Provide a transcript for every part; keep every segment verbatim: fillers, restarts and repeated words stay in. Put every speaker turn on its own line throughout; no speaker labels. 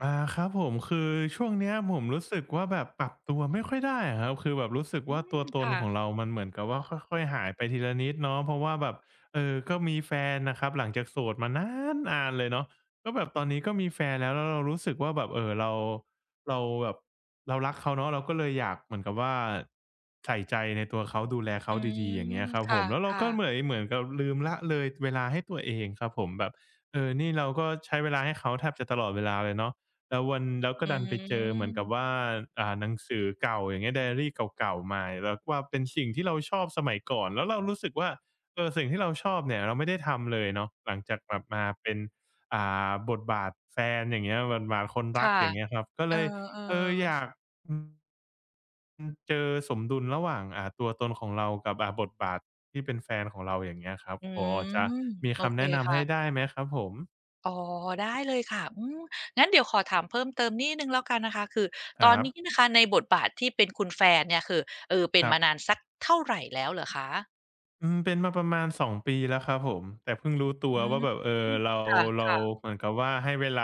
อ่าครับผมคือช่วงเนี้ยผมรู้สึกว่าแบบปรับตัวไม่ค่อยได้อะครับคือแบบรู้สึก
อื
ว่าตั
ม
วตน
ค่ะ
ของเรา มันเหมือนกับว่าค่อยๆหายไปทีละนิดเนาะเพราะว่าแบบเออก็มีแฟนนะครับหลังจากโสดมานานๆเลยเนาะก็แบบตอนนี้ก็มีแฟนแล้วแล้วเรารู้สึกว่าแบบเออเราเราแบบเรารักเขาเนาะเราก็เลยอยากเหมือนกับว่าใส่ใจในตัวเขาดูแล
อื
เขาดีๆอย่าง
ม
เงี้ยครับ
ค
ผมแล้วเรา
่ะ
ก็เหมือน
ๆ
เหมือนกับลืมละเลยเวลาให้ตัวเองครับผมแบบเออนี่เราก็ใช้เวลาให้เขาแทบจะตลอดเวลาเลยเนาะ แล้ววันแล้วก็
อื
ดันไปเจอเหมือนกับ
ม
ว่าอ่าหนังสือเก่าอย่างเงี้ยไดอารีเก่าๆมาแล้วว่าเป็นสิ่งที่เราชอบสมัยก่อนแล้วเรารู้สึกว่าเออสิ่งที่เราชอบเนี่ยเราไม่ได้ทำเลยเนาะหลังจากแบบมาเป็นอ่าบทบาทแฟนอย่างเงี้ยบทบาทคนรัก
ค่ะ
อย่างเงี้ยครับก็
เอ
เล
อ
ยเอออยาก
ๆ
อืมเจอสมดุลระหว่างอ่าตัวตนของเรากับอ่าบทบาทที่เป็นแฟนของเราอย่างเงี้ยครับ
อื
พอจะ
ม
มี
โอ
คำ
เค
แนะนำให้ได้
ค่ะ
ไหมครับผม
อ๋อได้เลยค่ะอืมงั้นเดี๋ยวขอถามเพิ่มเติมนิดหนึ่งแล้วกันนะคะ คือ
ค
ตอน
รับ
นี้นะคะในบทบาทที่เป็นคุณแฟนเนี่ย คือเออเป็น
ครั
มานาน
บ
สักเท่าไรแล้วเหรอคะ
อืมเป็นมาประมาณสองปีแล้วครับผมแต่เพิ่งรู้ตัว
อื
ว่า
ม
แบบเออเรา
ค
เรา
่ะ
เหมือนกับว่าให้เวลา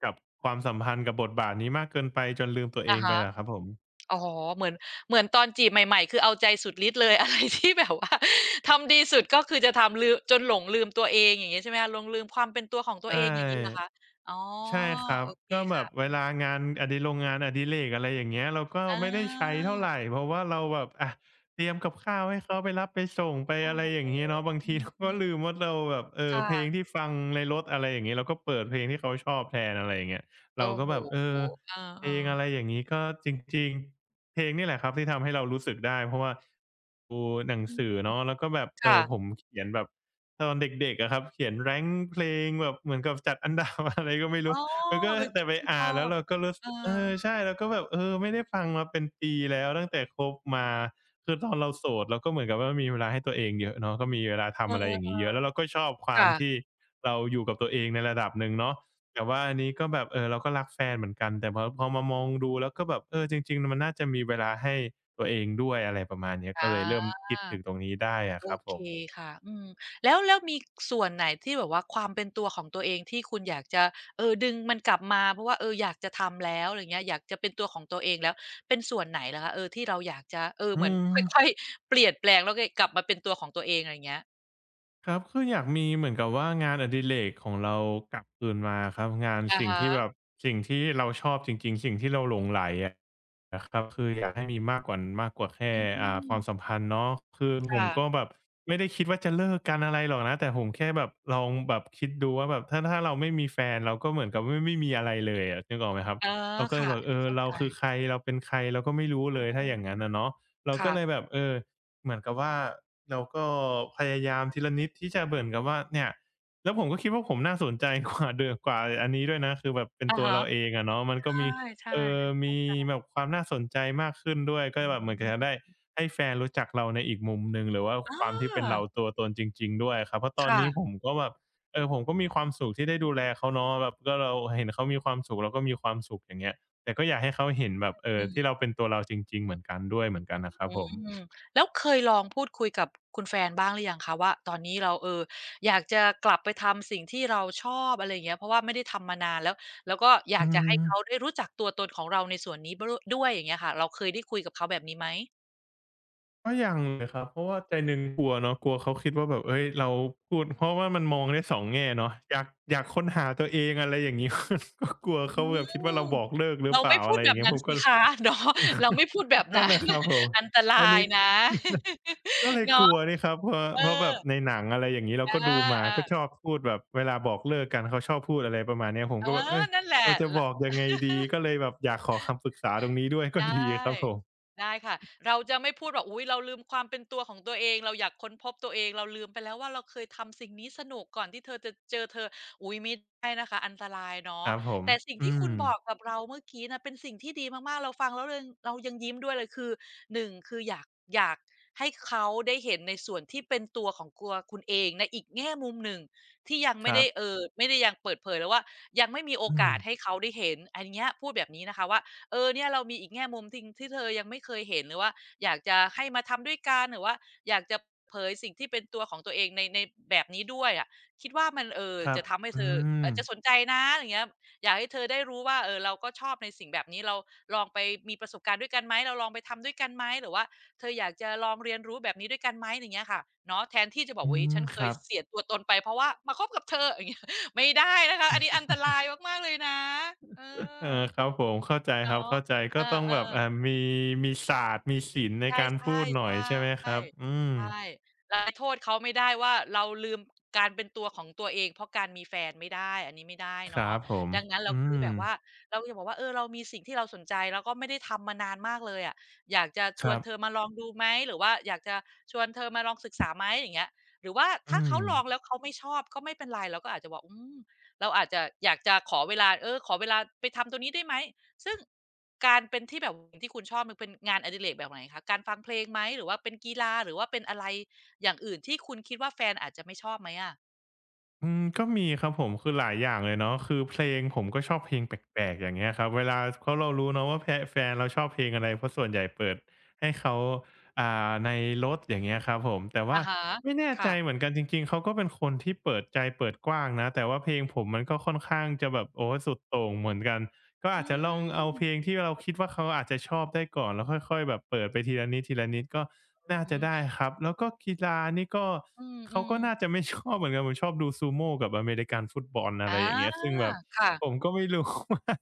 กับความสัมพันธ์กับบทบาทนี้มากเกินไปจนลืมตัว
ๆ
เอ
อะ
งไป
ฮะ
อะครับผม
อ๋อเหมือนเหมือนตอนจีบใหม่ๆคือเอาใจสุดฤทธิ์เลย อะไรที่แบบว่า ทำดีสุดก็คือจะทำลืมจนหลงลืมตัวเองอย่างงี้ใช่ไหมคะหลงลืมความเป็นตัวของตัว
ใช่
เองอย่างงี้เหรอคะอ๋อ
ใช่ครั
โอ
บ
เค
ก็แบบเว
ค่ะ
ลางานอดิโรงงานอดิเรกอะไรอย่างเงี้ยเราก็
อ
ไม่ได้ใช้
า
เท่าไหรเพราะว่าเราแบบอะเตรียมกับข้าวให้เขาไปรับไปส่งไป
โอ้
อะไร
โ
อ
ฮ
ย่างงี้เนาะบาง
อ
ที เรา
ื
ก็
ม
ลืม
ๆ
ว่าเราแบบเออเพลง
ค่ะ
ที่ฟังในรถอะไรอย่างงี้เราก็เปิดเพลงที่เขาชอบแทนอะไรอย่างเงี้ย
โอ้
เราก็
โฮ
แบบเออ
เออ
เพลงอะไรอ
ๆ
ย่างงี้ก็จริงๆเพลงนี่แหละครับที่ทำให้เรารู้สึกได้เพราะว่าดูหนัง
อื
สือ
ม
เนาะแล้วก็แบบเออผ
ค่ะ
มเขียนแบบ ตอนเด็กๆอะครับเขียน rank เพลงแบบเหมือนกับจัดอันดับอะไรก็ไม่
อ๋อ
รู้ มันก็
เป็น
แต่
สิ่ง
ไป
ที่ช
อ่า
อ
นแล้ว
บ
เราก็รู้ส
เออ
เออใช่
ๆ
เราก็แบบเออไม่ได้ฟังมาเป็นปีแล้วตั้งแต่คบมาคือตอนเราโสดเราก็เหมือนกับว่ามีเวลาให้ตัวเองเยอะเนาะก็มีเวลาทำอะไรอย่าง
เออ
งี้เยอะแล้วเราก็ชอบความ
ค่ะ
ที่เราอยู่กับตัวเองในระดับหนึ่งเนาะแต่ว่าอันนี้ก็แบบเออเราก็รักแฟนเหมือนกันแต่พอพอมามองดูแล้วก็แบบเออจริงๆมันน่าจะมีเวลาให้ตัวเองด้วยอะไรประมาณเนี้ยก็
อา
เลยเริ่มคิดถึงตรงนี้ได้อะ
โอ
ครับผ
เค
ม
ค่ะอืมแล้วแล้วมีส่วนไหนที่แบบว่าความเป็นตัวของตัวเองที่คุณอยากจะเออดึงมันกลับมาเพราะว่าเอออยากจะทำแล้วอะไรเงี้ยอยากจะเป็นตัวของตัวเองแล้วเป็นส่วนไหนเหรอคะเออที่เราอยากจะเออ
อื
เหมือน
ม
ค่อยๆเปลี่ยนแปลงแล้วก็กลับมาเป็นตัวของตัวเองอะไรเงี้ย
ครับคืออยากมีเหมือนกับว่างานอดิเรกของเรากลับคืนมาครับงาน
อะ
สิ่ง
ฮะ
ที่แบบสิ่งที่เราชอบจริงๆสิ่งที่เราหลงใหลอะนะครับคืออยากให้มีมากกว่ามากกว่าแค่
อื
อ่าความสัม
ม
พันธ์เนาะคือผม
ค่ะ
ก็แบบไม่ได้คิดว่าจะเลิกกันอะไรหรอกนะแต่ผมแค่แบบลองแบบคิดดูว่าแบบถ้าถ้าเราไม่มีแฟนเราก็เหมือนกับไม่ไม่มีอะไรเลยอะนึกออกไหมครับ
อ๋อ
เราก็เลย
ค่ะ
แบบ
อัน
เอ
นี้
อ
เข้า
เรา
ใจ
คือใครเราเป็นใครเราก็ไม่รู้เลยถ้าอย่างงั้นอะเนาะเราก็เลย
ค่ะ
แบบเออ เหมือนกับว่าเราก็พยายามทีละนิดที่จะเหมือนกับว่าเนี่ยแล้วผมก็คิดว่าผมน่าสนใจกว่าเดิมกว่าอันนี้ด้วยนะคือแบบเป็น
อะ
ตัว
ฮะ
เราเองอะเนาะมันก็มี
ใช่
เอ่อมีแบบความน่าสนใจมากขึ้นด้วย
ๆ
ก็
อื
แบบเหมือนกับจะ
ม
ได้ให้แฟนรู้จักเราในอีกมุมหนึ่งหรือว่า
อ
ความที่เป็นเรา
า
ตัวตนจริงๆด้วยครับเพราะตอน
ค่ะ
นี้ผมก็แบบเออผมก็มีความสุขที่ได้ดูแลเขาเนาะแบบก็เราเห็นเขามีความสุขเราก็มีความสุขอย่างเงี้ยแต่ก็อยากให้เขาเห็นแบบเอ่อที่เราเป็นตัวเราจริงๆเหมือนกันด้วยเหมือนกันนะครับ
อื
ผม
มแล้วเคยลองพูดคุยกับคุณแฟนบ้างหรือยังคะว่าตอนนี้เราเอออยากจะกลับไปทำสิ่งที่เราชอบอะไรอย่างเงี้ยเพราะว่าไม่ได้ทำมานานแล้วแล้วก็อ
อื
ยากจะให้เขา
ม
ได้รู้จักตัวตนของเราในส่วนนี้บรด้วยอย่างเงี้ยค่ะเราเคยได้คุยกับเขาแบบนี้ไหม
ก็ยังเลยครับเพราะว่าใจหนึ่งกลัวเนาะกลัวเขาคิดว่าแบบเฮ้ยเราพูดเพราะว่ามันมองได้สองแง่เนาะอยากอยากค้นหาตัวเองอะไรอย่างงี้ ก็กลัว
อื
เขาแบบคิดว่าเรา
ม
บอกเลิกหรือ
เรา
เป
ไม่
ล่า
พู
อะ
ด
ไรอ
แบ
ย่า
บ
งเงี้ย
นั้
ผ
น
ม
สิ
ก็
คะ เนาะ เราไม่พูดแบบ
นั่น
นั้น
น่ะครับผม
อันต
อัน
ราย
นี้
นะ
ก็เล ยก
เนาะ
ลัวนี่ครับเพราะ
เออ
เพราะแบบในหนังอะไรอย่างงี้เราก็
อา
ดูมา
อา
ก็ชอบพูดแบบเวลาบอกเลิกกันเขาชอบพูดอะไรประมาณเนี้ยผม
เอ
ก็แบบ
อ
เฮ้ย
นั่นแหละ
เราจะ
ล
บอกยังไงดีก็เลยแบบอยากขอคำปรึกษาตรงนี้ด้วยก็ดีค
ได้
รับผม
ได้ค่ะเราจะไม่พูดว่บอุ๊ยเราลืมความเป็นตัวของตัวเองเราอยากค้นพบตัวเองเราลืมไปแล้วว่าเราเคยทำสิ่งนี้สนุกก่อนที่เธอจะเจอเธออุ๊ยไม่ได้นะคะอันตราย
ค
เนาะ
รับผม
แต่สิ่ง
อื
ที่คุ
ม
ณบอกกับเราเมื่อกี้นะเป็นสิ่งที่ดีมากๆเราฟังแล้วเริงเรายังยิ้มด้วยเลยคือหนึ่งคืออยากอยากให้เขาได้เห็นในส่วนที่เป็นตัวของตัวคุณเองในอีกแง่มุมหนึ่งที่ยัง
ค
ไม่
รั
ได้
บ
เอ่อไม่ได้ยังเปิดเผยหรือว่ายังไม่มีโอ
อื
กา
ม
สให้เขาได้เห็นอันเนี้ยพูดแบบนี้นะคะว่า เออเนี่ยเรามีอีกแง่มุมทิงที่เธอยังไม่เคยเห็นหรือว่าอยากจะให้มาทำด้วยกันหรือว่าอยากจะเผยสิ่งที่เป็นตัวของตัวเองในในแบบนี้ด้วยอะคิดว่ามันเออ
ครับ
จะทำให้เธ
อื
อ
ม
อาจจะสนใจนะอย่างเงี้ยอยากให้เธอได้รู้ว่าเออเราก็ชอบในสิ่งแบบนี้เราลองไปมีประสบการณ์ด้วยกันไหมเราลองไปทำด้วยกันไหมหรือว่าเธออยากจะลองเรียนรู้แบบนี้ด้วยกันไหมอย่างเงี้ยค่ะเนาะแทนที่จะบอก
อื
วุ๊ฉั
ม
นเค
ค
ย
รับ
เสียตัวตนไปเพราะว่ามาคบกับเธออย่างเงี้ย ไม่ได้นะคะอันนี้อันตรายมากๆเลยนะเอ
เอ
อ
อครับผมเข้าใจครับ
เนาะ
เข้าใจ
เอ
ก็
อ
ต้องแบบอ่ามีมีศาสตร์มีศิลป์
ๆ
ใน
ใช่
การพูดห
ๆ
น่
ใช
อยใช่ไหมครั
่
บ อืม
ใช่เราไปโทษเขาไม่ได้ว่าเราลืมการเป็นตัวของตัวเองเพราะการมีแฟนไม่ได้อันนี้ไม่ได้
ครั
เนาะ
บผม
ดังนั้นเรา
อื
คือ
ม
แบบว่าเราจะบอกว่าเออเรามีสิ่งที่เราสนใจแล้วก็ไม่ได้ทำมานานมากเลยอะอยากจะช
ค
วน
รั
เธอ
บ
มาลองดูไหมหรือว่าอยากจะชวนเธอมาลองศึกษาไหมอย่างเงี้ยหรือว่า
อื
ถ้าเขาลองแล้
ม
วเขาไม่ชอบก็ไม่เป็นไรเราก็อาจจะบอกอืมเราอาจจะอยากจะขอเวลาเออขอเวลาไปทำตัวนี้ได้ไหมซึ่ง การเป็นที่แบบที่คุณชอบมันเป็นงานอดิเรกแบบไหนคะการฟังเพลงไหมหรือว่าเป็นกีฬาหรือว่าเป็นอะไรอย่างอื่นที่คุณคิดว่าแฟนอาจจะไม่ชอบไหมอะ
อืมก็มีครับผมคือหลายอย่างเลยเนาะคือเพลงผมก็ชอบเพลงแปลกๆอย่างเงี้ยครับเวลาเพราะเรารู้เนาะว่าแฟแฟนเราชอบเพลงอะไรเพราะส่วนใหญ่เปิดให้เขาอ่าในรถอย่างเงี้ยครับผมแต่
อะ
ว่า
ฮะ
ไม่แน่ใจเห
ค่ะ
มือนกันจริงๆเขาก็เป็นคนที่เปิดใจเปิดกว้างนะแต่ว่าเพลงผมมันก็ค่อนข้างจะแบบโอ้สุดโต่งเหมือนกัน ก็อา
อื
จจะลองเอาเพลง
ม
ที่เราคิดว่าเขาอาจจะชอบได้ก่อนแล้วค่อยๆแบบเปิดไปทีละนิดทีละนิดก็
อื
น่าจะ
ม
ได้ครับแล้วก็กีฬานี่ก็
อื
เขา
ม
ก็
ๆ
น่าจะไม่ชอบเหมือนกันผมชอบดูซูโม่กับอเมริกันฟุตบอลอะ
อา
ไรอย่างเงี้ยซึ่งแบบผ
ค่ะ
มก็ไม่รู้ ว่า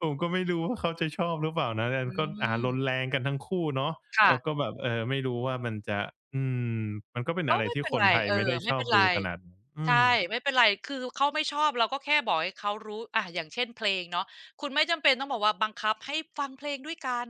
ผมก็ไม่รู้ว่าเขาจะชอบหรือเปล่านะแล้ว
อื
ก็อ่า
ม
ลนแรงกันทั้งคู่เนาะ
ค่ะ
แล้วก็แบบเออไม่รู้ว่ามันจะอืมมันก็เป็น
ก็
อะไร
ไม่
ที่
เป็น
คน
ไร
ไทย
เอ
ไม่
อ
ได้ช
ไม่
อบ
เป็น
ดู
ไร
ขนาดนั้นอืม
ใช่ไม่เป็นไรคือเขาไม่ชอบเราก็แค่บอกให้เขารู้อะอย่างเช่นเพลงเนาะคุณไม่จำเป็นต้องบอกว่าบังคับให้ฟังเพลงด้วยกัน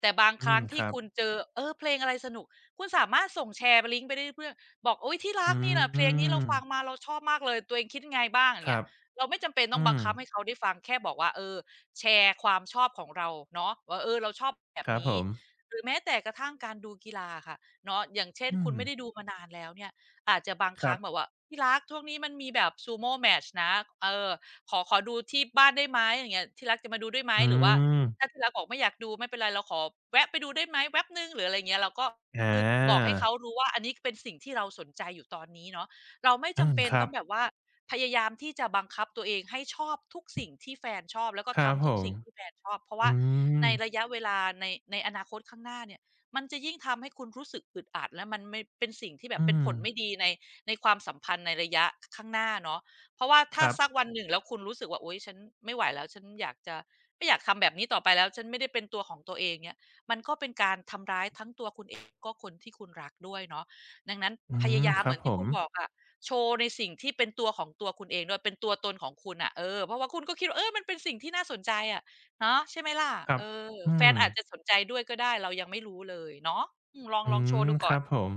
แต่บาง
อื
ค
ม
รั้ง
ค
ที่
รับ
คุณเจอเออเพลงอะไรสนุกคุณสามารถส่งแชร์ลิงก์ไปได้เพื่อนบอกอุ๊ยที่รัก
อื
นี่น่ะเพลงนี้เรา
ม
ฟังมาเราชอบมากเลยตัวเองคิดยังไงบ้างอย่า
ค
งเงี้
รั
ย
บ
เราไม่จำเป็นต้อง
อื
บัง
ม
คับให้เขาได้ฟังแค่บอกว่าเออแชร์ความชอบของเราเนาะว่าเออเราชอบแบ
ค
บ
รับผ
นี้
ม
หรือแม้แต่กระทั่งการดูกีฬาอะค่ะเนาะอย่างเช่น
อื
คุ
ม
ณไม่ได้ดูมานานแล้วเนี่ย อาจจะบางค
ค
รั้
รั
ง
บ
แบบว่าพี่รักช่วงนี้มันมีแบบ sumo match นะเออขอขอดูที่บ้านได้ไหมอย่างเงี้ยที่รักจะมาดูด้วยไหม
อื
หรือว่า
ม
ถ้าที่รักบอกไม่อยากดูไม่เป็นไรเราขอแวะไปดูได้ไหมแว็บหนึ่งหรืออะไรอย่างเงี้ยเราก็
อ
คือบอก
า
ให้เขารู้ว่าอันนี้เป็นสิ่งที่เราสนใจอยู่ตอนนี้เนาะเราไม่
อื
จำ
ม
เป็น
ครั
ต้อ
บ
งแบบว่าพยายามที่จะบังคับตัวเองให้ชอบทุกสิ่งที่แฟนชอบแล้วก็
ครับ
ทำ
ผ
ทุก
ม
สิ่งที่แฟนชอบเพราะว่า
อื
ใน
ม
ระยะเวลาในในอนาคตข้างหน้าเนี่ย มันจะยิ่งทำให้คุณรู้สึกอึดอัดและมันไม่เป็นสิ่งที่แบบ
อื
เป็นผ
ม
ลไม่ดีในในความสัมพันธ์ในระยะข้างหน้าเนาะเพราะว่า
ค
ถ้า
รับ
สักวันหนึ่งแล้วคุณรู้สึกว่าโอ๊ยฉันไม่ไหวแล้วฉันอยากจะไม่อยากทำแบบนี้ต่อไปแล้วฉันไม่ได้เป็นตัวของตัวเองเนี่ยมันก็เป็นการทำร้ายทั้งตัวคุณเองก็คนที่คุณรักด้วยเนาะดังนั้น
อื
พ
ม
ยายาม
ค
เห
รั
มื
บ
อน
ผ
ที่
ม
คุณบอกอะโชว์ในสิ่งที่เป็นตัวของตัวคุณเองด้วยเป็นตัวตนของคุณน่ะเออเพราะว่าคุณก็คิดว่าเออมันเป็นสิ่งที่น่าสนใจอะ เนาะใช่ไหมล่ะ
ครั
เอ
บ
อ
อื
แฟน
ม
อาจจะสนใจด้วยก็ได้เรายังไม่รู้เลยเนาะอืมลอง
อื
ลองโชว์
ม
ดู
ค
ก่อน
รับผม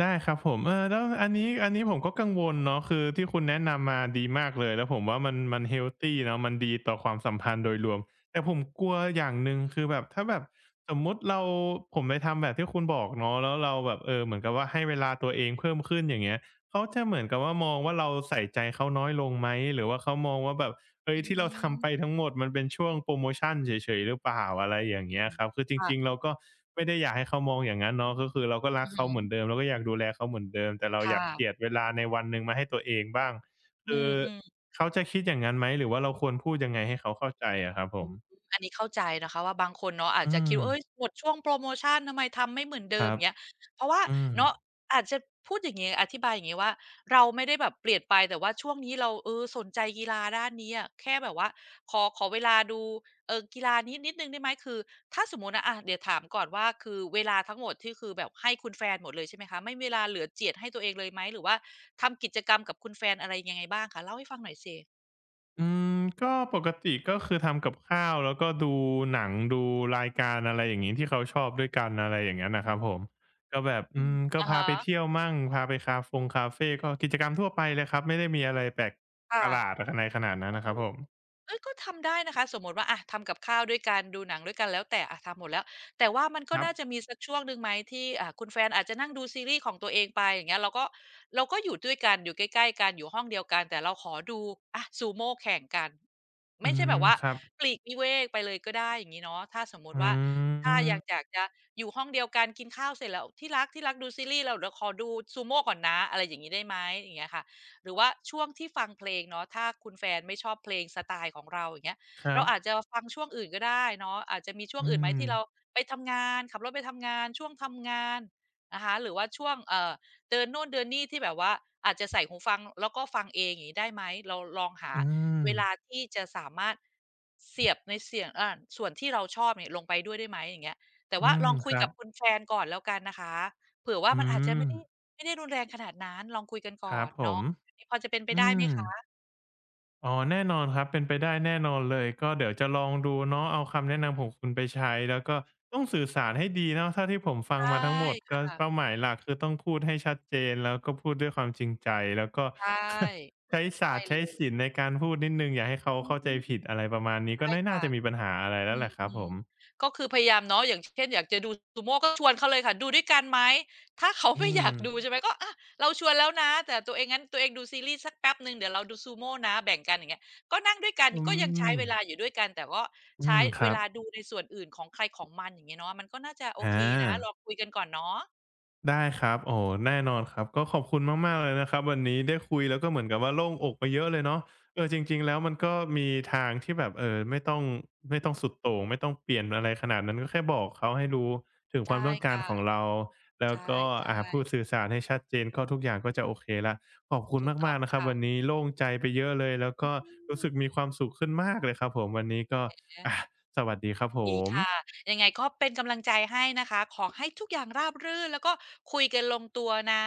ได้ครับผมเออแล้วอันนี้อันนี้ผมก็กังวลเนาะคือที่คุณแนะนำมาดีมากเลยแล้วผมว่ามันมันเฮลทีเนาะมันดีต่อความสัมพันธ์โดยรวมแต่ผมกลัวอย่างหนึ่งคือแบบถ้าแบบสมมุติเราผมไปทำแบบที่คุณบอกเนาะแล้วเราแบบเออเหมือนกับว่าให้เวลาตัวเองเพิ่มขึ้นอย่างเงี้ย เขาจะเหมือนกับว่ามองว่าเราใส่ใจเขาน้อยลงไหมหรือว่าเขามองว่าแบบเฮ้ย
อื
ที่เรา
ม
ทำไปทั้งหมดมันเป็นช่วงโพรโมชันเฉยๆหรือเปล่าอะไรอย่างเงี้ยครับคือจริงๆ
ค่ะ
เราก็ไม่ได้อยากให้เขามองอย่างงั้นเนาะก็คือเราก็รั
อื
ก
อฮึ
เขาเหมือนเดิมเราก็อยากดูแลเขาเหมือนเดิมแต่เราอ
ค่ะ
ยากเจียดเวลาในวันหนึ่งมาให้ตัวเองบ้าง
อื
คือ
มๆ
เขาจะคิดอย่างนั้นไหมหรือว่าเราควรพูดยังไงให้เขาเข้าใจอะครับผ
อื
ม
มอันนี้เข้าใจนะคะว่าบางคนเนาะอาจ
อื
จะคิด
ม
ว่าเฮ้ยหมดช่วงโพรโมชันทำไมทำไม่เหมือน
ค
เดิม
รั
อ
บ
ย่างเงี้ยเพราะว่า
อืม
เนาะอาจจะพูดอย่างงี้อธิบายอย่างงี้ว่าเราไม่ได้แบบเปลี่ยนไปแต่ว่าช่วงนี้เราเออสนใจกีฬาด้านนี้อะแค่แบบว่าขอขอเวลาดูเอ่อกีฬานี้นิดหนึ่งได้ไหมคือถ้าสมมุตินะอะเดี๋ยวถามก่อนว่าคือเวลาทั้งหมดที่คือแบบให้คุณแฟนหมดเลยใช่ไหมคะไม่มีเวลาเหลือเจียดให้ตัวเองเลยไหมหรือว่าทำกิจกรรมกับคุณแฟนอะไรยังไงบ้างคะเล่าให้ฟังหน่อยสิ
อืมก็ปกติก็คือทำกับข้าวแล้วก็ดูหนังดูรายการอะไรอย่างงี้ที่เขาชอบด้วยกันอะไรอย่างงั้นน่ะครับผมก็แบบ
อื
อื
ม
มก็
อะ
พา
ฮะ
ไปเที่ยวมั่งพาไปคาฟงคาเฟก็กิจกรรมทั่วไปเลยครับไม่ได้มีอะไรแปลกป
ค่ะ
ระหลาดอะไรขนาดนั้นน่ะครับผม
เอ้ยก็ทำได้นะคะสมมุติว่าอะทำกับข้าวด้วยกันดูหนังด้วยกันแล้วแต่อะทำหมดแล้วแต่ว่ามันก็
ครับ
น่าจะมีสักช่วงหนึ่งไหมที่อ่าคุณแฟนอาจจะนั่งดูซีรีส์ของตัวเองไปอย่างเงี้ยเราก็เราก็อยู่ด้วยกันอยู่ใกล้ๆกันอยู่ห้องเดียวกันแต่เราขอดูอะซูโม่แข่งกัน
อื
ไม่ใช่แบ
ม
บว่า
ครับ
ปลีกวิเวกไปเลยก็ได้อย่างงี้เนาะถ้าสมมุติ
อื
ว่าถ้าอยากอ
ม
ยากจะอยู่ห้องเดียวกันกินข้าวเสร็จแล้วที่รักที่รักดูซีรีส์แล้วเดี๋ยวขอดูซูโม่ก่อนนะอะไรอย่างงี้ได้ไหมอย่างเงี้ยค่ะ หรือว่าช่วงที่ฟังเพลงเนาะถ้าคุณแฟนไม่ชอบเพลงสไตล์ของเราอย่างเงี้ย
ครั
เรา
บ
อาจจะฟังช่วงอื่นก็ได้เนาะอาจจะมีช่วง
อื
อื่นไหม
ม
ที่เราไปทำงานขับรถไปทำงานช่วงทำงานนะคะหรือว่าช่วงเอ่อเดินโน่นเดินนี่ที่แบบว่าอาจจะใส่หูฟังแล้วก็ฟังเองอย่างงี้ได้ไหมเราลองหา
อืม
เวลาที่จะสามารถเสียบในเสียงอ่าส่วนที่เราชอบเนี่ยลงไปด้วยได้ไหมอย่างเงี้ยแต่ว่า
อื
ล
ม
องคุ
ค
ย
รั
กั
บ
บคุณแฟนก่อนแล้วกันนะคะเผื่อว่า
อื
มันอาจจะ
ม
ไม่ได้ไม่ได้รุนแรงขนาดนั้นลองคุยกัน
ค
ก่อ
รับ
น
ผม
เนาะ นี้พอจะเป็นไป
อื
ได้ไหม
ม
คะ
อ๋อแน่นอนครับเป็นไปได้แน่นอนเลยก็เดี๋ยวจะลองดูเนาะเอาคำแนะนำของคุณไปใช้แล้วก็ต้องสื่อสารให้ดีเนาะเท่าที่ผมฟัง
ใช่
มาทั้งหมดก็
ค่ะ
เป้าหมายหลักคือต้องพูดให้ชัดเจนแล้วก็พูดด้วยความจริงใจแล้วก็
ใช ่
ใช้
ใช่
ศาสตร์
เล
ใช้ศิ
ย
ลป์ในการพูดนิดหนึ่งอย่าให้เขา
อื
เข้าใจ
ม
ผิดอะไรประมาณนี้ก็
ใช่
ไม่น่า
ค่ะ
จะมีปัญหาอะไร
อื
แล้วแหละครับผ
ม
ม
ๆก็คือพยายามเนาะอย่างเช่นอยากจะดูซูโม่ก็ชวนเขาเลยค่ะดูด้วยกันไหมถ้าเขา
อื
ไม่อ
ม
ยากดูใช่ไหมก็อะเราชวนแล้วนะแต่ตัวเองงั้นตัวเองดูซีรีส์สักแป๊บหนึ่งเดี๋ยวเราดูซูโม่นะแบ่งกันอย่างเงี้ยก็นั่งด้วยกัน
อื
ก็ยังใช้
ม
เวลาอยู่ด้วยกันแต่ก็
อื
ใช้
มค
เว
รับ
ลาดูในส่วนอื่นของใครของมันอย่างงี้เนาะมันก็น่าจะโอ
อ
เคนะล
า
องคุยกันก่อนเนาะ
ได้ครับโอ้โฮแน่นอนครับก็ขอบคุณมากๆเลยนะครับวันนี้ได้คุยแล้วก็เหมือนกับว่าโล่งอกไปเยอะเลยเนาะเออจริงๆแล้วมันก็มีทางที่แบบเอ่อไม่ต้องไม่ต้องสุดโต่งไม่ต้องเปลี่ยนอะไรขนาดนั้นก็แค่บอกเขาให้รู้ถึงค
ใช่
วามต้องการของ
ค่ะ
เรา
ใ
แล้วก็
ช่
อ่าพูดสื่อสารให้ชัดเจนก็ทุกอย่างก็จะโอเคแล้วขอบคุ
ๆ
ณ
ถูกต้อ
มา
ง
กๆนะครับ
ค่ะ
วันนี้โล่งใจไปเยอะเลยแล้ว
อื
ก็รู้สึกมี
ม
ความสุขขึ้นมากเลยครับผมวันนี้ก็
เห็นไหม
อาสวัสดีครับผ
ดีค่ะ
ม
ยังไงก็เป็นกำลังใจให้นะคะ ขอให้ทุกอย่างราบรื่นแล้วก็คุยกันลงตัวนะ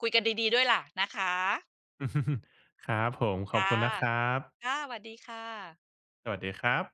คุยกันดีๆด้วยล่ะนะคะ
ครับผมขอบ
ค่ะ
คุณนะครับ
ค่ะสวัสดีค่ะ
สวัสดีครับ